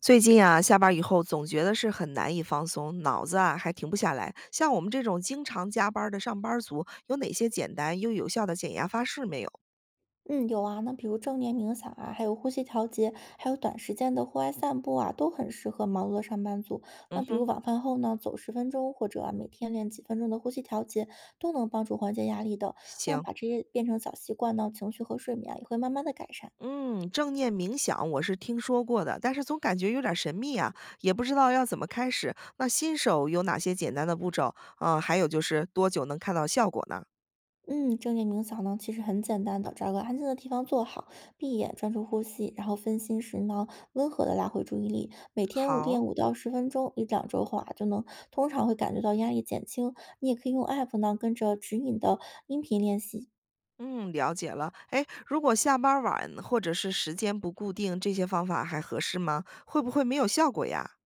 最近啊，下班以后总觉得是很难以放松，脑子啊还停不下来。像我们这种经常加班儿的上班儿族，有哪些简单又有效的减压方式没有？嗯，有啊，那比如正念冥想啊，还有呼吸调节，还有短时间的户外散步啊，都很适合忙碌的上班族。嗯那比如哼，晚饭后呢，走十分钟，或者啊每天练几分钟的呼吸调节，都能帮助缓解压力的。那行，把这些变成小习惯呢，情绪和睡眠啊也会慢慢的改善。嗯，正念冥想我是听说过的，但是总感觉有点神秘啊，也不知道要怎么开始。那新手有哪些简单的步骤？嗯，还有就是多久能看到效果呢？嗯，正念冥想呢，其实很简单的，找个安静的地方坐好，闭眼专注呼吸，然后分心时呢，温和的拉回注意力。每天五练好。五到十分钟，一两周后啊，就能通常会感觉到压力减轻。你也可以用 app 呢，跟着指引的音频练习。嗯，了解了。哎，如果下班晚或者是时间不固定，这些方法还合适吗？会不会没有效果呀？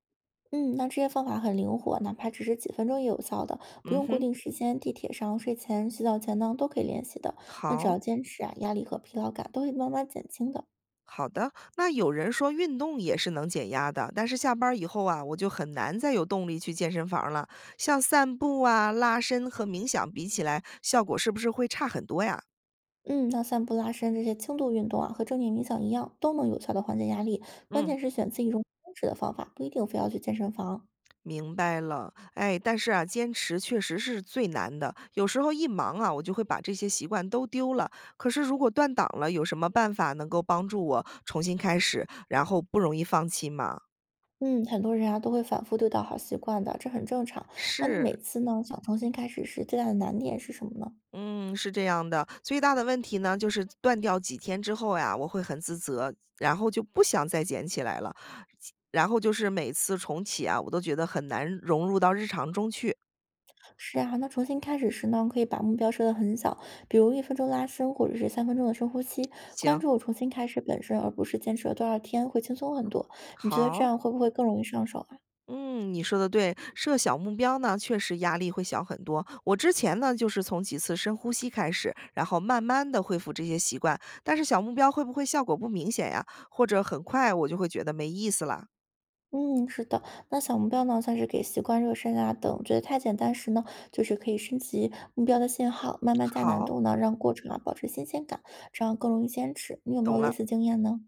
嗯，那这些方法很灵活，哪怕只是几分钟也有效的，不嗯用固哼，定时间，地铁上、睡前、洗澡前呢，都可以练习的。那只要好坚持啊，压力和疲劳感都会慢慢减轻的。好的。那有人说运动也是能减压的，但是下班儿以后啊，我就很难再有动力去健身房了。像散步啊、拉伸和冥想比起来，效果是不是会差很多呀？嗯，那散步、拉伸这些轻度运动啊，和正念冥想一样，都能有效的缓解压力。关嗯，键是选自己容易坚持的方法，不一定非要去健身房。明白了。哎，但是啊，坚持确实是最难的。有时候一忙啊，我就会把这些习惯都丢了。可是如果断档了，有什么办法能够帮助我重新开始，然后不容易放弃吗？嗯，很多人啊都会反复丢掉好习惯的，这很正常。那你每是，次呢想重新开始时，最大的难点是什么呢？嗯，是这样的，最大的问题呢，就是断掉几天之后呀，我会很自责，然后就不想再捡起来了。然后就是每次重启啊，我都觉得很难融入到日常中去。是啊，那重新开始时呢，可以把目标设的很小，比如一分钟拉伸，或者是三分钟的深呼吸，关行，注重新开始本身，而不是坚持了多少天，会轻松很多。你觉得这好，样会不会更容易上手啊？嗯，你说的对，设小目标呢，确实压力会小很多。我之前呢，就是从几次深呼吸开始，然后慢慢的恢复这些习惯。但是小目标会不会效果不明显呀？或者很快我就会觉得没意思了？嗯，是的，那小目标呢，像是给习惯热身啊等觉得太简单时呢，就是可以升级目标的信号，慢慢加难好，度呢，让过程啊保持新鲜感，这样更容易坚持。你有没有懂类了。似经验呢？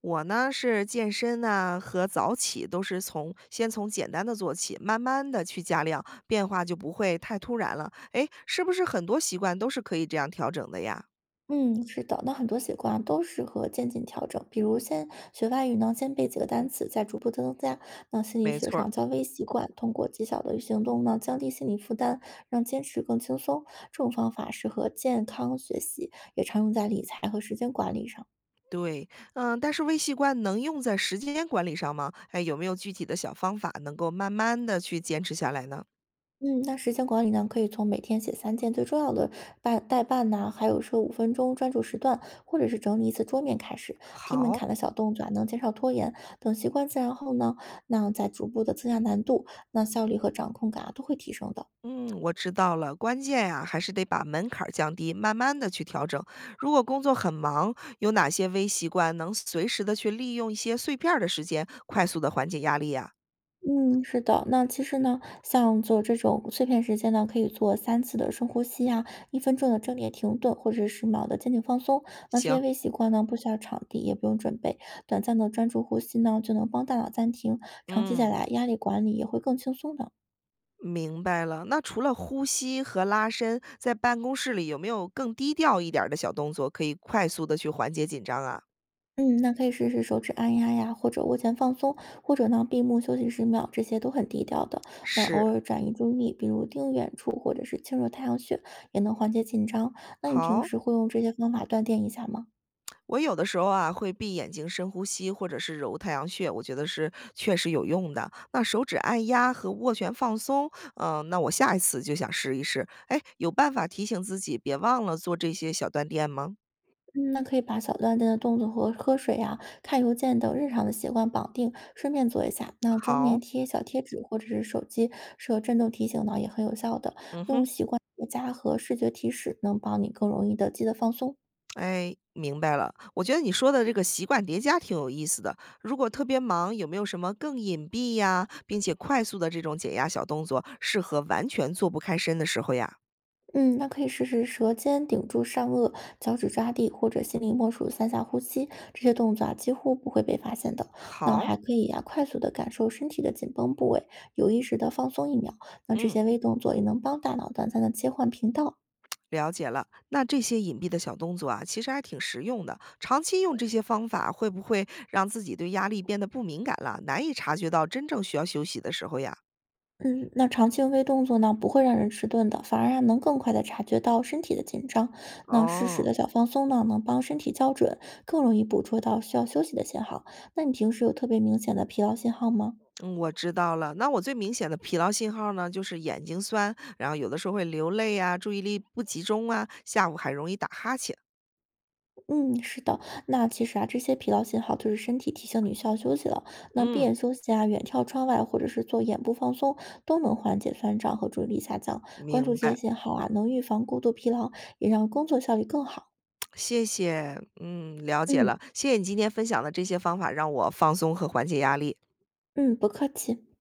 我呢是健身呐、和早起都是从先从简单的做起，慢慢的去加量，变化就不会太突然了。诶，是不是很多习惯都是可以这样调整的呀？嗯，是的，那很多习惯啊都适合渐进调整，比如先学外语呢，先背几个单词，再逐步增加。那心理没学错儿，上叫微习惯，通过极小的行动呢，降低心理负担，让坚持更轻松。这种方法适合健康学习，也常用在理财和时间管理上。对，嗯，但是微习惯能用在时间管理上吗？哎，有没有具体的小方法能够慢慢的去坚持下来呢？嗯，那时间管理呢，可以从每天写三件最重要的代办呐、还有说五分钟专注时段，或者是整理一次桌面开始，低门好，槛的小动作啊，能减少拖延。等习惯自然后呢，那再逐步的增加难度，那效率和掌控感啊都会提升的。嗯，我知道了。关键呀，还是得把门槛儿降低，慢慢的去调整。如果工作很忙，有哪些微习惯能随时的去利用一些碎片儿的时间，快速的缓解压力呀？嗯，是的。那其实呢，像做这种碎片时间呢，可以做三次的深呼吸呀一分钟的正念停顿，或者是1秒的肩颈放松。那这行，些微习惯呢，不需要场地，也不用准备，短暂的专注呼吸呢，就能帮大脑暂停。长期下嗯，来，压力管理也会更轻松的。明白了。那除了呼吸和拉伸，在办公室里有没有更低调一点儿的小动作，可以快速的去缓解紧张啊？嗯，那可以试试手指按压呀，或者握拳放松，或者呢闭目休息十秒，这些都很低调的。那偶是，尔转移注意力，比如盯远处，或者是轻揉太阳穴，也能缓解紧张。那你平好。时会用这些方法锻炼一下吗？我有的时候啊，会闭眼睛深呼吸，或者是揉太阳穴，我觉得是确实有用的。那手指按压和握拳放松，嗯、那我下一次就想试一试。哎，有办法提醒自己别忘了做这些小锻炼吗？嗯，那可以把小锻炼的动作和喝水呀、看邮件等日常的习惯绑定，顺便做一下。那桌面好，贴小贴纸或者是手机设震动提醒呢，也很有效的。嗯哼，用习惯叠加和视觉提示，能帮你更容易的记得放松。哎，明白了。我觉得你说的这个习惯叠加挺有意思的。如果特别忙，有没有什么更隐蔽呀，并且快速的这种减压小动作，适合完全做不开身的时候呀？嗯，那可以试试舌尖顶住上颚，脚趾抓地，或者心里默数三下呼吸，这些动作啊几乎不会被发现的。那好，还可以啊，快速的感受身体的紧绷部位，有意识的放松一秒。那这嗯。些微动作也能帮大脑短暂的切换频道。了解了，那这些隐蔽的小动作啊，其实还挺实用的。长期用这些方法，会不会让自己对压力变得不敏感了，难以察觉到真正需要休息的时候呀？嗯，那长期用微动作呢，不会让人迟钝的，反而啊能更快的察觉到身体的紧张。那适时哦，的小放松呢，能帮身体校准，更容易捕捉到需要休息的信号。那你平时有特别明显的疲劳信号吗？嗯，我知道了。那我最明显的疲劳信号呢，就是眼睛酸，然后有的时候会流泪啊，注意力不集中啊，下午还容易打哈欠。嗯，是的，那其实啊，这些疲劳信号就是身体提醒你需要休息了。那闭嗯，眼休息啊，远眺窗外，或者是做眼部放松，都能缓解酸胀和注意力下降。关注明这些白，信号啊，能预防过度疲劳，也让工作效率更好。谢谢。嗯，了解了，嗯谢谢你今天分享的这些方法，让我放松和缓解压力。嗯，不客气。